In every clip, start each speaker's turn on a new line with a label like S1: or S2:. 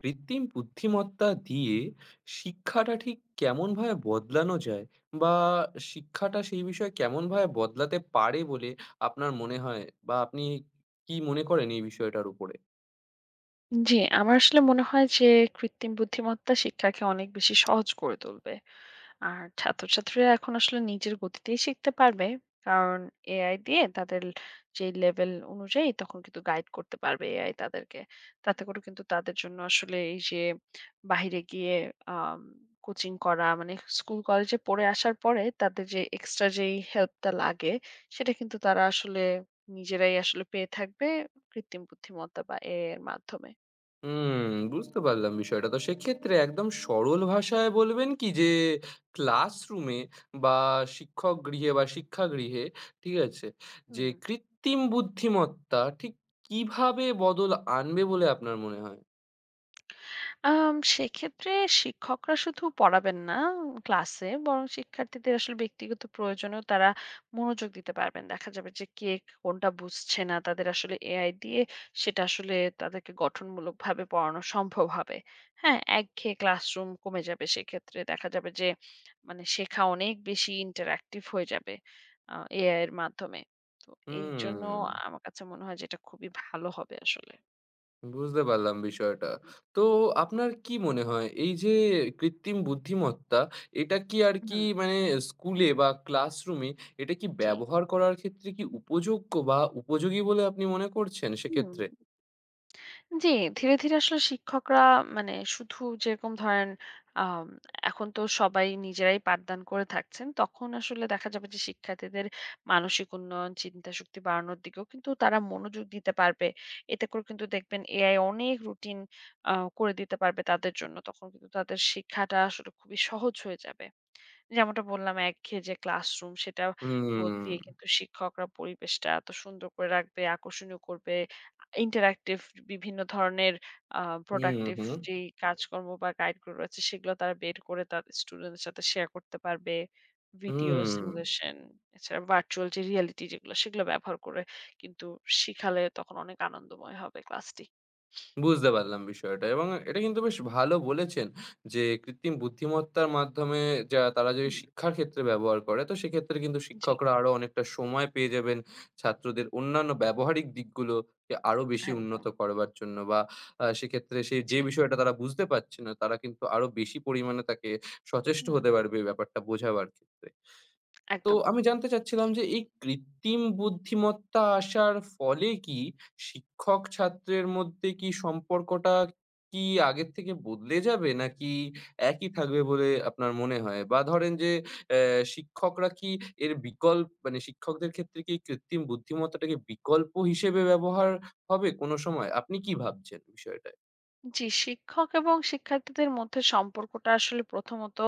S1: কৃত্রিম বুদ্ধিমত্তা দিয়ে শিক্ষাটা ঠিক কেমনভাবে বদলানো যায়? বা শিক্ষাটা সেই বিষয়ে কেমনভাবে বদলাতে পারে বলে আপনার মনে হয়? বা আপনি কি মনে করেন এই বিষয়টার উপরে?
S2: জি, আমার আসলে মনে হয় যে কৃত্রিম বুদ্ধিমত্তা শিক্ষাকে অনেক বেশি সহজ করে তুলবে। আর ছাত্রছাত্রীরা এখন আসলে নিজের গতিতেই শিখতে পারবে। কারণ এআই দিয়ে তাদের যে লেভেল অনুযায়ী তখন কিন্তু গাইড করতে পারবে এআই তাদেরকে। তাতে করে কিন্তু তাদের জন্য আসলে এই যে বাহিরে গিয়ে আম কোচিং করা মানে স্কুল কলেজে পড়ে আসার পরে তাদের যে এক্সট্রা যেই হেল্পটা লাগে সেটা কিন্তু তারা আসলে নিজেরাই আসলে পেয়ে থাকবে কৃত্রিম বুদ্ধিমত্তা বা এআই এর মাধ্যমে।
S1: হুম, বুঝতে পারলাম বিষয়টা। তো সেক্ষেত্রে একদম সরল ভাষায় বলবেন কি যে ক্লাসরুমে বা শিক্ষক গৃহে বা শিক্ষাগৃহে, ঠিক আছে? যে
S2: হুম।
S1: কৃত্রিম বুদ্ধিমত্তা ঠিক কিভাবে বদল আনবে বলে আপনার মনে হয়?
S2: সেক্ষেত্রে শিক্ষকরা শুধু পড়াবেন না ক্লাসে, বরং শিক্ষার্থীদের আসলে ব্যক্তিগত প্রয়োজনেও তারা মনোযোগ দিতে পারবেন। দেখা যাবে যে কে কোনটা বুঝছে না, তাদের আসলে এআই দিয়ে সেটা আসলে তাদেরকে গঠনমূলকভাবে পড়ানো সম্ভব হবে। হ্যাঁ? একঘেয়ে ক্লাসরুম কমে যাবে সেক্ষেত্রে। দেখা যাবে যে মানে শেখা অনেক বেশি ইন্টারেক্টিভ হয়ে যাবে এআই এর মাধ্যমে। তো এইজন্য
S1: হুম।
S2: আমার কাছে মনে হয় যে এটা খুবই ভালো হবে আসলে।
S1: বুঝতে পারলাম বিষয়টা। তো আপনার কি মনে হয় এই যে কৃত্রিম বুদ্ধিমত্তা এটা কি আর কি
S2: হুম,
S1: মানে স্কুলে বা ক্লাসরুমে এটা কি
S2: জি।
S1: ব্যবহার করার ক্ষেত্রে কি উপযোগ্য বা উপযোগী বলে আপনি মনে করছেন
S2: হুম।
S1: সেক্ষেত্রে?
S2: জি, ধীরে, ধীরে আসলে শিক্ষকরা মানে শুধু যেরকম ধরেন আম এখন তো সবাই নিজেরাই পাঠদান করে থাকছেন। তখন আসলে দেখা যাবে যে শিক্ষার্থীদের মানসিক উন্নয়ন, চিন্তাশক্তি বাড়ানোর দিকেও কিন্তু তারা মনোযোগ দিতে পারবে। এতে করে কিন্তু দেখবেন এআই অনেক রুটিন আ করে দিতে পারবে তাদের জন্য। তখন কিন্তু তাদের শিক্ষাটা আসলে খুবই সহজ হয়ে যাবে। যেমনটা বললাম একঘেয়ে যে ক্লাসরুম সেটা
S1: হুম,
S2: বদলিয়ে কিন্তু শিক্ষকরা পরিবেশটা এত সুন্দর করে রাখবে, আকর্ষণীয় করবে। ইন্টারেক্টিভ বিভিন্ন ধরনের আ
S1: হুম,
S2: প্রোডাক্টিভ
S1: হুম,
S2: যেই কাজকর্ম বা গাইডগুলো রয়েছে সেগুলো তারা বের করে তাদের স্টুডেন্টদের সাথে শেয়ার করতে পারবে। ভিডিও
S1: হুম।
S2: সিমুলেশন এছাড়া ভার্চুয়াল যে রিয়ালিটি যেগুলো সেগুলো ব্যবহার করে কিন্তু শিখালে তখন অনেক আনন্দময় হবে ক্লাসটি।
S1: বুঝতে পারলাম বিষয়টা, এবং এটা কিন্তু বেশ ভালো বলেছেন যে কৃত্রিম বুদ্ধিমত্তার মাধ্যমে যা তারা যদি
S2: হুম,
S1: শিক্ষার ক্ষেত্রে ব্যবহার করে তো সেক্ষেত্রে কিন্তু
S2: জি,
S1: শিক্ষকরা আরো অনেকটা সময় পেয়ে যাবেন ছাত্রদের অন্যান্য ব্যবহারিক দিকগুলোকে আরো বেশি উন্নত
S2: একদম।
S1: করবার জন্য, বা সেক্ষেত্রে সেই যে
S2: জি,
S1: বিষয়টা তারা বুঝতে পারছে না তারা কিন্তু আরো বেশি পরিমাণে তাকে সচেষ্ট
S2: হুম,
S1: হতে পারবে এই ব্যাপারটা বোঝাবার ক্ষেত্রে। তো
S2: একদম।
S1: আমি জানতে চাচ্ছিলাম যে এই কৃত্রিম বুদ্ধিমত্তা আসার ফলে কি শিক্ষক ছাত্রের মধ্যে কি সম্পর্কটা কি আগের থেকে বদলে যাবে? নাকি একই থাকবে বলে আপনার মনে হয়? বা ধরেন যে অ্যা শিক্ষকরা কি এর বিকল মানে শিক্ষকদের ক্ষেত্রে কি কৃত্রিম বুদ্ধিমত্তাটাকে বিকল্প হিসেবে ব্যবহার হবে কোনো সময়? আপনি কি ভাবছেন বিষয়টায়?
S2: জি, শিক্ষক এবং শিক্ষার্থীদের মধ্যে সম্পর্কটা আসলে প্রথমত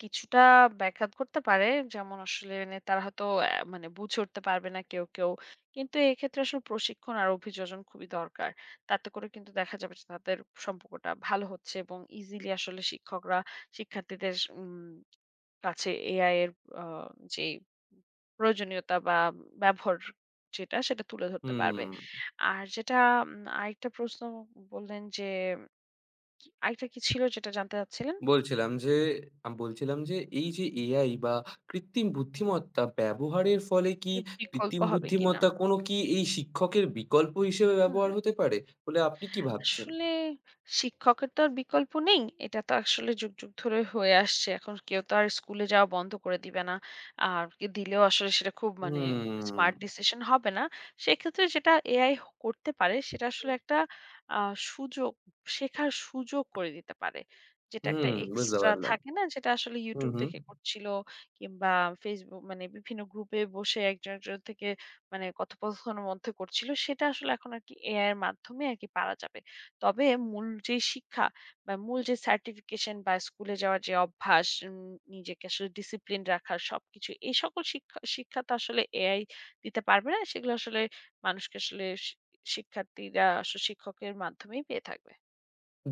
S2: কিছুটা ব্যাঘাত করতে পারে। যেমন আসলে মানে তারা হয়তো মানে বুঝে উঠতে পারবে না কেউ, কেউ। কিন্তু এক্ষেত্রে আসলে প্রশিক্ষণ আর অভিযোজন খুবই দরকার। তাতে করে কিন্তু দেখা যাবে যে তাদের সম্পর্কটা ভালো হচ্ছে এবং ইজিলি আসলে শিক্ষকরা শিক্ষার্থীদের উম কাছে এআই এর আ যেই প্রয়োজনীয়তা বা ব্যবহার যেটা সেটা তুলে ধরতে পারবে।
S1: হুম।
S2: আর যেটা আরেকটা প্রশ্ন বললেন যে আরেকটা কি ছিল যেটা জানতে চাচ্ছিলেন?
S1: বলছিলাম যে বলছিলাম যে এই যে এআই বা কৃত্রিম
S2: হুম।
S1: বুদ্ধিমত্তা ব্যবহারের ফলে কি
S2: এর বিকল্প
S1: কৃত্রিম
S2: হবে কিনা?
S1: বুদ্ধিমত্তা কোনো কি এই শিক্ষকের বিকল্প হিসেবে
S2: হুম।
S1: ব্যবহার হতে পারে বলে আপনি কি ভাবছেন?
S2: আসলে শিক্ষকের তো আর বিকল্প নেই। এটা তো আসলে যুগ, যুগ ধরে হয়ে আসছে। এখন কেউ তো আর স্কুলে যাওয়া বন্ধ করে দিবে না। আর কে দিলেও আসলে সেটা খুব মানে
S1: হুম,
S2: স্মার্ট ডিসিশন হবে না। সেক্ষেত্রে যেটা এআই করতে পারে সেটা আসলে একটা আ সুযোগ, শেখার সুযোগ করে দিতে পারে। যেটা একটা
S1: হুম, বুঝতে
S2: এক্সট্রা
S1: পারলাম।
S2: থাকে না? যেটা আসলে
S1: হুম,
S2: YouTube
S1: হুম।
S2: দেখে করছিল কিংবা Facebook মানে বিভিন্ন গ্রুপে বসে একজন, একজন থেকে মানে কথোপকথনের মধ্যে করছিল। সেটা আসলে এখন আরকি এআই এর মাধ্যমে আরকি পারা যাবে। তবে মূল যে শিক্ষা বা মূল যে সার্টিফিকেশন বা স্কুলে যাওয়ার যে অভ্যাস নিজেকে আসলে ডিসিপ্লিন রাখার সবকিছু এই সকল শিক্ষা শিক্ষা তো আসলে এআই দিতে পারবে না সেগুলো আসলে মানুষকে আসলে শি- শিক্ষার্থীরা আসলে শিক্ষকের মাধ্যমেই পেয়ে থাকবে।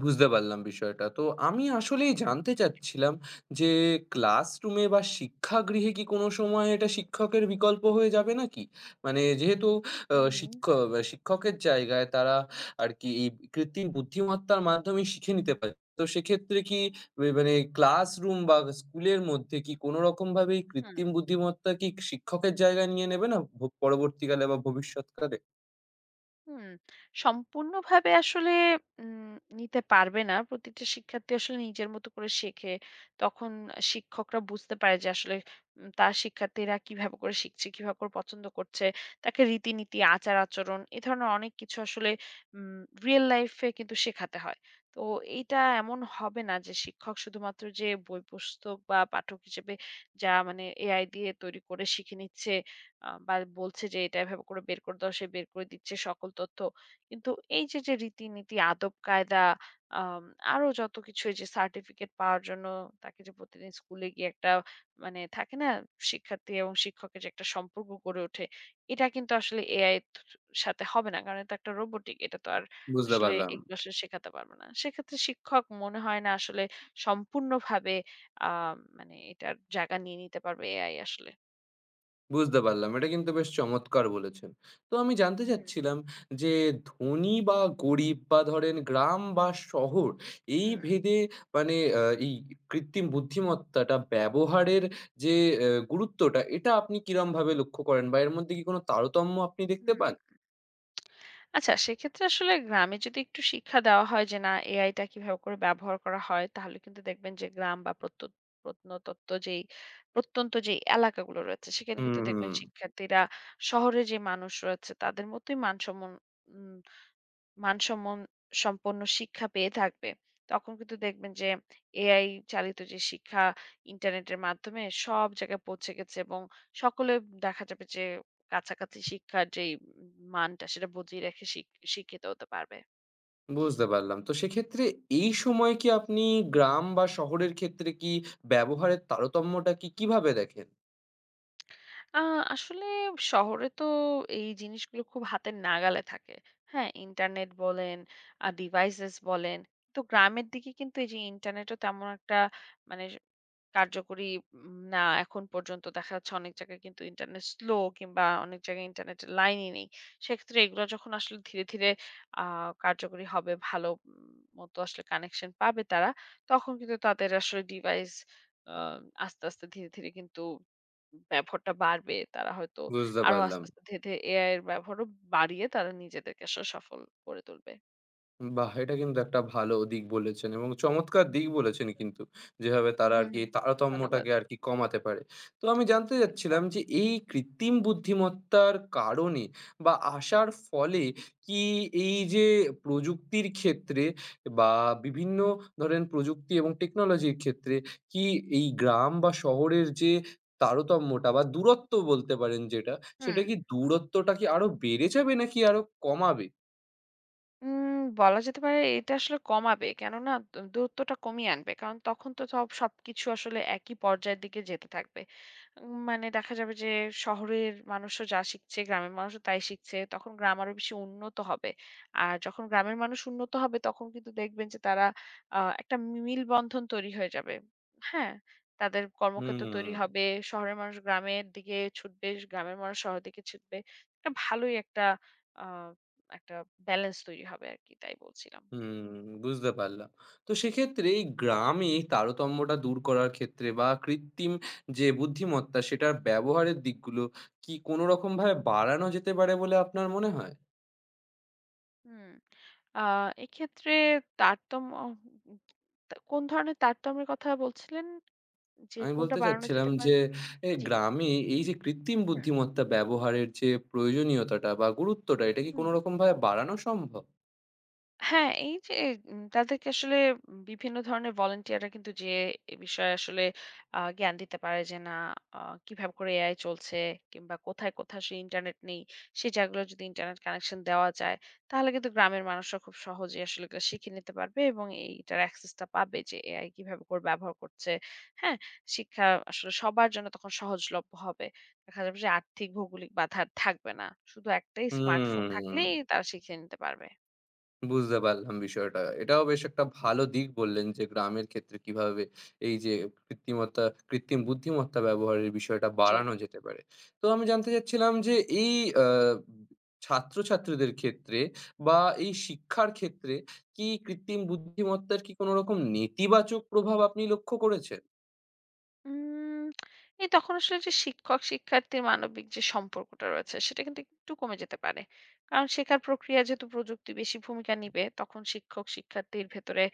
S1: বুঝতে পারলাম বিষয়টা। তো আমি আসলেই জানতে চাচ্ছিলাম যে ক্লাসরুমে বা শিক্ষাগৃহে কি কোনো সময় এটা শিক্ষকের বিকল্প হয়ে যাবে নাকি? মানে যেহেতু আ
S2: হুম,
S1: শিক্ষ শিক্ষকের জায়গায় তারা আরকি এই কৃত্রিম বুদ্ধিমত্তার মাধ্যমে শিখে নিতে পারে। তো সেক্ষেত্রে কি মানে ক্লাসরুম বা স্কুলের মধ্যে কি কোনো রকমভাবে এই
S2: হুম,
S1: কৃত্রিম বুদ্ধিমত্তা কি শিক্ষকের জায়গা নিয়ে নেবে না পরবর্তীকালে বা ভবিষ্যৎকালে?
S2: হুম, সম্পূর্ণভাবে আসলে উম নিতে পারবে না। প্রতিটা শিক্ষার্থী আসলে নিজের মতো করে শেখে। তখন শিক্ষকরা বুঝতে পারে যে আসলে তার শিক্ষার্থীরা কিভাবে করে শিখছে, কিভাবে করে পছন্দ করছে। তাকে রীতিনীতি, আচার-আচরণ এ ধরনের অনেক কিছু আসলে উম রিয়াল লাইফ এ কিন্তু শেখাতে হয়। তো এইটা এমন হবে না যে শিক্ষক শুধুমাত্র যে বই পুস্তক বা পাঠক হিসেবে যা মানে এআই দিয়ে তৈরি করে শিখে নিচ্ছে বা বলছে যে এটা এভাবে করে বের করে দাও, সে বের করে দিচ্ছে সকল তথ্য। কিন্তু এই যে, যে রীতিনীতি, আদব-কায়দা আম আরো যত কিছু এই যে সার্টিফিকেট পাওয়ার জন্য তাকে যে প্রতিদিন স্কুলে গিয়ে একটা মানে থাকে না শিক্ষার্থী এবং শিক্ষকের যে একটা সম্পর্ক গড়ে ওঠে, এটা কিন্তু আসলে এআই এর সাথে হবে না। কারণ এটা একটা রোবটিক। এটা তো আর
S1: বুঝতে
S2: আসলে
S1: পারলাম।
S2: এগুলো আসলে শেখাতে পারবে না। সেক্ষেত্রে শিক্ষক মনে হয় না আসলে সম্পূর্ণভাবে আ মানে এটার জায়গা নিয়ে নিতে পারবে এআই আসলে।
S1: বুঝতে পারলাম। এটা কিন্তু বেশ চমৎকার বলেছেন। তো আমি জানতে
S2: হুম,
S1: চাচ্ছিলাম যে ধনী বা গরিব বা ধরেন গ্রাম বা শহর এই
S2: হুম।
S1: ভেদে মানে এই কৃত্রিম বুদ্ধিমত্তাটা ব্যবহারের যে গুরুত্বটা এটা আপনি কিরমভাবে লক্ষ্য করেন, বা এর মধ্যে কি কোনো তারতম্য আপনি দেখতে
S2: হুম।
S1: পান?
S2: আচ্ছা সেক্ষেত্রে আসলে গ্রামে যদি একটু শিক্ষা দেওয়া হয় যে না এআইটা কিভাবে করে ব্যবহার করা হয় তাহলে কিন্তু দেখবেন যে গ্রাম বা প্রত্য- প্রত্নতত্ত্ব যেই প্রত্যন্ত যে এলাকাগুলো রয়েছে সেখানে
S1: হুম,
S2: কিন্তু
S1: হুম।
S2: দেখবেন শিক্ষার্থীরা শহরে যে মানুষ রয়েছে তাদের মতোই মানসম্মত মানসম্মন সম্পন্ন শিক্ষা পেয়ে থাকবে। তখন কিন্তু দেখবেন যে এআই চালিত যে শিক্ষা ইন্টারনেটের মাধ্যমে সব জায়গায় পৌঁছে গেছে এবং সকলে দেখা যাবে যে কাছাকাছি শিক্ষার যেই মানটা সেটা বজায় রেখে শিক্ষিত হতে পারবে।
S1: বুঝতে পারলাম। তো সেক্ষেত্রে এই সময় কি আপনি গ্রাম বা শহরের ক্ষেত্রে কি ব্যবহারের তারতম্যটা কি কিভাবে দেখেন?
S2: আ আসলে শহরে তো এই জিনিসগুলো খুব হাতের নাগালে থাকে। হ্যাঁ? ইন্টারনেট বলেন, ডিভাইসেস বলেন। তো গ্রামের দিকে কিন্তু এই যে ইন্টারনেটও তেমন একটা মানে কার্যকরী না এখন পর্যন্ত দেখা যাচ্ছে অনেক জায়গায় কিন্তু ইন্টারনেট স্লো কিংবা অনেক জায়গায় ইন্টারনেটের লাইনই নেই। সেক্ষেত্রে এগুলো যখন আসলে ধীরে, ধীরে আ কার্যকরী হবে ভালো মতো আসলে কানেকশন পাবে তারা, তখন কিন্তু তাদের আসলে ডিভাইস আ আস্তে, আস্তে ধীরে, ধীরে কিন্তু ব্যবহারটা বাড়বে। তারা হয়তো
S1: বুঝতে
S2: আরো
S1: পারলাম।
S2: আস্তে, আস্তে ধীরে, ধীরে এআই এর ব্যবহারও বাড়িয়ে তারা নিজেদেরকে আসলে সফল করে তুলবে।
S1: বাহ! এটা কিন্তু একটা ভালো দিক বলেছেন এবং চমৎকার দিক বলেছেন কিন্তু। যেভাবে তারা
S2: হুম,
S1: আরকি
S2: হুম। ধন্যবাদ।
S1: তারতম্যটাকে আরকি কমাতে পারে। তো আমি জানতে চাচ্ছিলাম
S2: একদম।
S1: যে এই কৃত্রিম বুদ্ধিমত্তার কারণে বা আসার ফলে কি এই যে প্রযুক্তির ক্ষেত্রে বা বিভিন্ন ধরেন প্রযুক্তি এবং টেকনোলজির ক্ষেত্রে কি এই গ্রাম বা শহরের যে তারতম্যটা বা দূরত্ব বলতে পারেন যেটা,
S2: হুম।
S1: সেটা কি দূরত্বটা কি আরো বেড়ে যাবে, নাকি আরো কমাবে?
S2: বলা যেতে পারে এটা আসলে কমাবে। কেননা দূরত্বটা কমিয়ে আনবে। কারণ তখন তো সবকিছু আসলে একই পর্যায়ের দিকে যেতে থাকবে। মানে দেখা যাবে যে শহরের মানুষও যা শিখছে, গ্রামের মানুষও তাই শিখছে। তখন গ্রাম আরো বেশি উন্নত হবে। আর যখন গ্রামের মানুষ উন্নত হবে তখন কিন্তু দেখবেন যে তারা একটা মিলবন্ধন তৈরি হয়ে যাবে। হ্যাঁ? তাদের কর্মক্ষেত্র তৈরি
S1: হুম।
S2: হবে। শহরের মানুষ গ্রামের দিকে ছুটবে, গ্রামের মানুষ শহরের দিকে ছুটবে। এটা ভালোই একটা আ একটা ব্যালেন্স তৈরি হবে আরকি। তাই বলছিলাম।
S1: হুম, বুঝতে পারলাম। তো সেক্ষেত্রে এই গ্রামে তারতম্যটা দূর করার ক্ষেত্রে বা কৃত্রিম যে বুদ্ধিমত্তা সেটার ব্যবহারের দিকগুলো কি কোনো রকমভাবে বাড়ানো যেতে পারে বলে আপনার মনে হয়?
S2: হুম। আ এক্ষেত্রে তারতম্য তা কোন ধরনের তারতম্যের কথা বলছিলেন? যে
S1: আমি
S2: কোনটা
S1: বলতে
S2: বাড়ানো
S1: চাচ্ছিলাম
S2: যেতে পারে?
S1: যে এ
S2: জি। হুম।
S1: গ্রামে এই যে কৃত্রিম
S2: হুম,
S1: বুদ্ধিমত্তা ব্যবহারের যে প্রয়োজনীয়তাটা বা গুরুত্বটা এটা কি
S2: হুম,
S1: কোনো
S2: হুম।
S1: রকমভাবে বাড়ানো সম্ভব?
S2: হ্যাঁ, এই যে তাদেরকে আসলে বিভিন্ন ধরনের ভলান্টিয়াররা কিন্তু যেয়ে এ বিষয়ে আসলে জ্ঞান দিতে পারে যে না আ কিভাবে করে এআই চলছে কিংবা কোথায়, কোথায় আসলে ইন্টারনেট নেই সেই জায়গাগুলো যদি ইন্টারনেট কানেকশন দেওয়া যায় তাহলে কিন্তু গ্রামের মানুষরা খুব সহজেই আসলে এগুলো শিখে নিতে পারবে এবং এইটার অ্যাক্সেসটা পাবে যে এআই কিভাবে করে ব্যবহার করছে। হ্যাঁ? শিক্ষা আসলে সবার জন্য তখন সহজলভ্য হবে। দেখা যাবে যে আর্থিক ভৌগোলিক বাধা আর থাকবে না। শুধু একটাই স্মার্টফোন
S1: হুম।
S2: থাকলেই তারা শিখে নিতে পারবে।
S1: বুঝতে পারলাম বিষয়টা। এটাও বেশ একটা
S2: হুম।
S1: ভালো দিক বললেন যে, গ্রামের ক্ষেত্রে কিভাবে এই যে কৃত্রিমতা কৃত্রিম বুদ্ধিমত্তা ব্যবহারের বিষয়টা
S2: জি।
S1: বাড়ানো যেতে পারে। তো আমি জানতে চাচ্ছিলাম যে, এই আ ছাত্রছাত্রীদের ক্ষেত্রে বা এই শিক্ষার ক্ষেত্রে কি কৃত্রিম বুদ্ধিমত্তার কি কোন রকম নেতিবাচক প্রভাব আপনি লক্ষ্য করেছেন?
S2: উম এই তখন আসলে যে শিক্ষক-শিক্ষার্থীর মানবিক যে সম্পর্কটা রয়েছে, সেটা কিন্তু একটু কমে যেতে পারে। কারণ শেখার প্রক্রিয়া যেহেতু প্রযুক্তি বেশি ভূমিকা নিবে, তখন শিক্ষক-শিক্ষার্থীর ভেতরে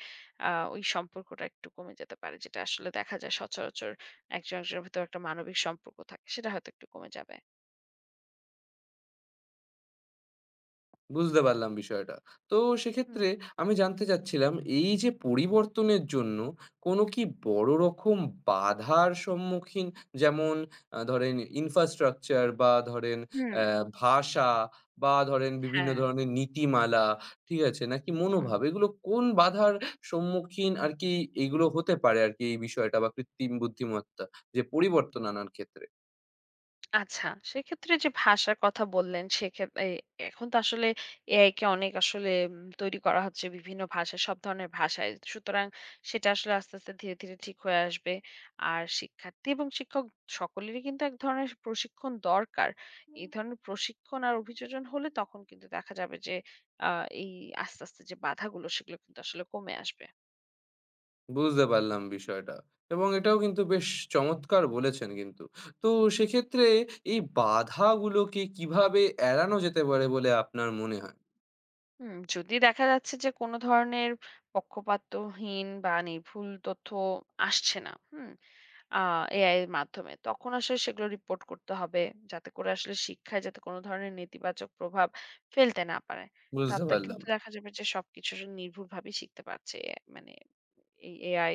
S2: ওই সম্পর্কটা একটু কমে যেতে পারে। যেটা আসলে দেখা যায় সচরাচর একজন একজনের ভেতর একটা মানবিক সম্পর্ক থাকে, সেটা হয়তো একটু কমে যাবে।
S1: বুঝতে পারলাম বিষয়টা। তো সেক্ষেত্রে
S2: হুম।
S1: আমি জানতে চাচ্ছিলাম এই যে পরিবর্তনের জন্য কোনো কি বড় রকম বাধার সম্মুখীন, যেমন ধরেন ইনফ্রাস্ট্রাকচার, বা ধরেন
S2: হুম।
S1: অ্যা ভাষা, বা ধরেন বিভিন্ন
S2: হ্যাঁ,
S1: ধরনের নীতিমালা, ঠিক আছে? নাকি
S2: হুম।
S1: মনোভাব, এগুলো কোন বাধার সম্মুখীন আরকি এগুলো হতে পারে আরকি এই বিষয়টা বা কৃত্রিম বুদ্ধিমত্তা যে পরিবর্তন আনার ক্ষেত্রে?
S2: আচ্ছা, সেক্ষেত্রে যে ভাষার কথা বললেন, সেক্ষেত এই এখন তো আসলে এআই কে অনেক আসলে তৈরি করা হচ্ছে বিভিন্ন ভাষায়, সব ধরনের ভাষায়। সুতরাং সেটা আসলে আস্তে, আস্তে ধীরে, ধীরে ঠিক হয়ে আসবে। আর শিক্ষার্থী এবং শিক্ষক সকলেরই কিন্তু এক ধরনের প্রশিক্ষণ দরকার। এই ধরনের প্রশিক্ষণ আর অভিযোজন হলে তখন কিন্তু দেখা যাবে যে আ এই আস্তে, আস্তে যে বাধাগুলো সেগুলো কিন্তু আসলে কমে আসবে।
S1: বুঝতে পারলাম বিষয়টা। এবং এটাও কিন্তু বেশ চমৎকার বলেছেন কিন্তু। তো সেক্ষেত্রে এই বাধাগুলোকে কিভাবে এড়ানো যেতে পারে বলে আপনার মনে হয়?
S2: হুম, যদি দেখা যাচ্ছে যে কোনো ধরনের পক্ষপাতহীন বা নির্ভুল তথ্য আসছে না, হুম? আ এআই এর মাধ্যমে তখন আসলে সেগুলো রিপোর্ট করতে হবে যাতে করে আসলে শিক্ষায় যাতে কোনো ধরনের নেতিবাচক প্রভাব ফেলতে না পারে।
S1: বুঝতে
S2: তাতে
S1: পারলাম।
S2: কিন্তু দেখা যাবে যে সবকিছু নির্ভুলভাবে শিখতে পারছে এ মানে এই এআই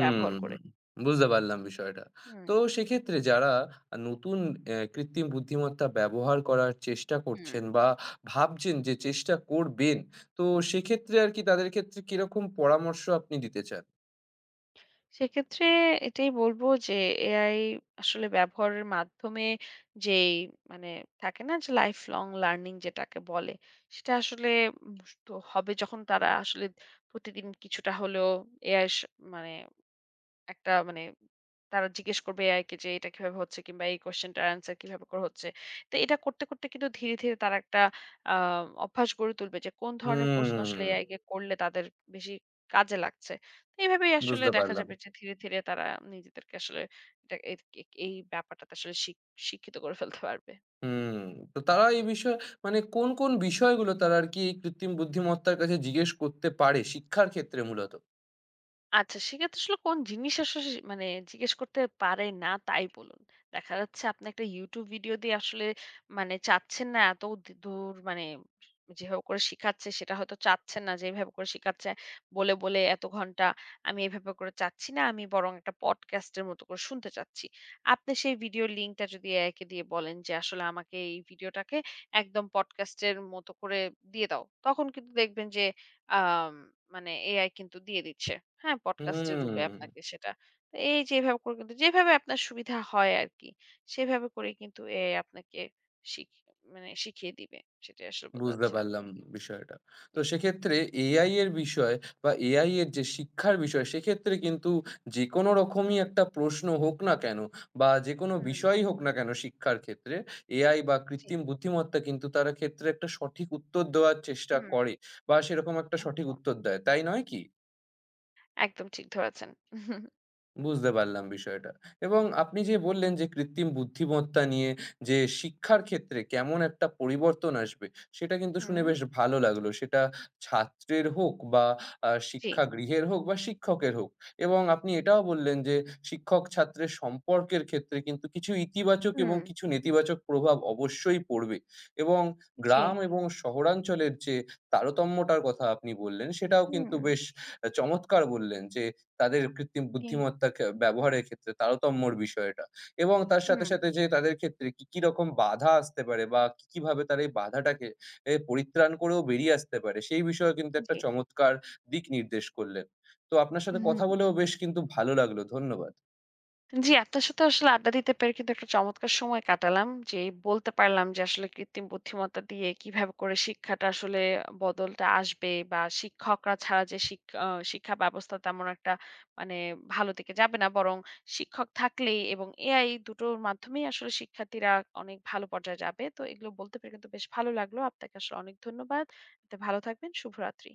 S2: ব্যবহার করে।
S1: বুঝতে পারলাম বিষয়টা।
S2: হুম,
S1: তো সেক্ষেত্রে যারা নতুন কৃত্রিম বুদ্ধিমত্তা ব্যবহার করার চেষ্টা
S2: হুম।
S1: করছেন, বা ভাবছেন যে চেষ্টা করবেন, তো সেক্ষেত্রে আরকি তাদের ক্ষেত্রে কিরকম পরামর্শ আপনি দিতে চান?
S2: সেক্ষেত্রে এটাই বলব যে এআই আসলে ব্যবহারের মাধ্যমে যেই মানে থাকে না যে লাইফ লং লার্নিং যেটাকে বলে সেটা আসলে উম তো হবে যখন তারা আসলে প্রতিদিন কিছুটা হলেও এআই মানে একটা মানে তারা জিজ্ঞেস করবে এআই কে যে এটা কিভাবে হচ্ছে কিংবা এই কোশ্চেনটার অ্যান্সার কিভাবে করে হচ্ছে। তো এটা করতে, করতে কিন্তু ধীরে, ধীরে তারা একটা আ অভ্যাস গড়ে তুলবে যে কোন ধরনের প্রশ্ন আসলে
S1: হুম,
S2: এআই কে করলে তাদের বেশি কাজে লাগছে। তো এভাবেই আসলে
S1: বুঝতে
S2: দেখা
S1: পারলাম।
S2: যাবে যে ধীরে, ধীরে তারা নিজেদেরকে আসলে এটা এই এই ব্যাপারটাতে আসলে শিক্ষিত করে ফেলতে পারবে।
S1: হুম, তো তারা এই বিষয়ে মানে কোন, কোন বিষয়গুলো তারা আর কি এই কৃত্রিম বুদ্ধিমত্তার কাছে জিজ্ঞেস করতে পারে শিক্ষার ক্ষেত্রে মূলত?
S2: আচ্ছা, সেক্ষেত্রে আসলে কোন জিনিস আসলে সে মানে জিজ্ঞেস করতে পারে না তাই বলুন। দেখা যাচ্ছে আপনি একটা YouTube ভিডিও দিয়ে আসলে মানে চাচ্ছেন না এত দূর মানে যেভাবে করে শিখাচ্ছে সেটা হয়তো চাচ্ছেন না যে এভাবে করে শিখাচ্ছে বলে, বলে এত ঘন্টা আমি এভাবে করে চাচ্ছি না। আমি বরং একটা পডকাস্টের মতো করে শুনতে চাচ্ছি। আপনি সেই ভিডিওর লিঙ্কটা যদি এআইকে দিয়ে বলেন যে আসলে আমাকে এই ভিডিওটাকে একদম পডকাস্টের মতো করে দিয়ে দাও। তখন কিন্তু দেখবেন যে আম মানে এআই কিন্তু দিয়ে দিচ্ছে। হ্যাঁ? পডকাস্টের রূপে
S1: হুম,
S2: আপনাকে সেটা। তো এই যে এভাবে করে কিন্তু যেভাবে আপনার সুবিধা হয় আরকি, সেভাবে করে কিন্তু এআই আপনাকে শিখ মানে শিখিয়ে দিবে। সেটাই আসলে বলতে
S1: বুঝতে
S2: চাচ্ছিলাম।
S1: পারলাম বিষয়টা। তো
S2: জি।
S1: সেক্ষেত্রে AI এর বিষয় বা AI এর যে শিক্ষার বিষয়, সেক্ষেত্রে কিন্তু যেকোনো রকমই
S2: হুম,
S1: একটা প্রশ্ন হোক না কেন বা যেকোনো
S2: হুম,
S1: বিষয়ই হোক না কেন, শিক্ষার ক্ষেত্রে AI বা
S2: জি,
S1: কৃত্রিম বুদ্ধিমত্তা কিন্তু তারা ক্ষেত্রে একটা সঠিক উত্তর দেওয়ার চেষ্টা
S2: হুম,
S1: করে, বা সেরকম একটা সঠিক
S2: একদম।
S1: উত্তর দেয়। তাই নয় কি?
S2: একদম ঠিক ধরেছেন।
S1: বুঝতে পারলাম বিষয়টা। এবং আপনি যে বললেন যে কৃত্রিম বুদ্ধিমত্তা নিয়ে যে শিক্ষার ক্ষেত্রে কেমন একটা পরিবর্তন আসবে, সেটা কিন্তু শুনে
S2: হুম,
S1: বেশ ভালো লাগলো। সেটা ছাত্রের হোক, বা
S2: জি,
S1: শিক্ষাগৃহের হোক, বা শিক্ষকের হোক। এবং আপনি এটাও বললেন যে শিক্ষক-ছাত্রের সম্পর্কের ক্ষেত্রে কিন্তু কিছু ইতিবাচক এবং
S2: হুম,
S1: কিছু নেতিবাচক প্রভাব অবশ্যই পড়বে। এবং
S2: জি,
S1: গ্রাম এবং শহরাঞ্চলের যে তারতম্যটার কথা আপনি বললেন, সেটাও
S2: হুম,
S1: কিন্তু বেশ চমৎকার বললেন যে তাদের কৃত্রিম
S2: জি,
S1: বুদ্ধিমত্তা ব্যবহারের ক্ষেত্রে তারতম্যর বিষয়টা। এবং তার সাথে,
S2: হুম,
S1: সাথে যে তাদের ক্ষেত্রে কি, কি রকম বাধা আসতে পারে বা কি, কিভাবে তারা এই বাধাটাকে পরিত্রাণ করেও বেরিয়ে আসতে পারে, সেই বিষয়ে কিন্তু একটা
S2: জি,
S1: চমৎকার দিক নির্দেশ করলেন। তো আপনার সাথে কথা
S2: হুম।
S1: বলেও বেশ কিন্তু ভালো লাগলো। ধন্যবাদ।
S2: জি, আপনার সাথে আসলে আড্ডা দিতে পেরে কিন্তু একটা চমৎকার সময় কাটালাম। যে বলতে পারলাম যে আসলে কৃত্রিম বুদ্ধিমত্তা দিয়ে কিভাবে করে শিক্ষাটা আসলে বদলটা আসবে বা শিক্ষকরা ছাড়া যে শিক্ষা ব্যবস্থা তেমন একটা মানে ভালো দিকে যাবে না। বরং শিক্ষক থাকলেই এবং এআই দুটোর মাধ্যমেই আসলে শিক্ষার্থীরা অনেক ভালো পর্যায়ে যাবে। তো এগুলো বলতে পেরে কিন্তু বেশ ভালো লাগলো। আপনাকে আসলে অনেক ধন্যবাদ। আপনি ভালো থাকবেন। শুভরাত্রি।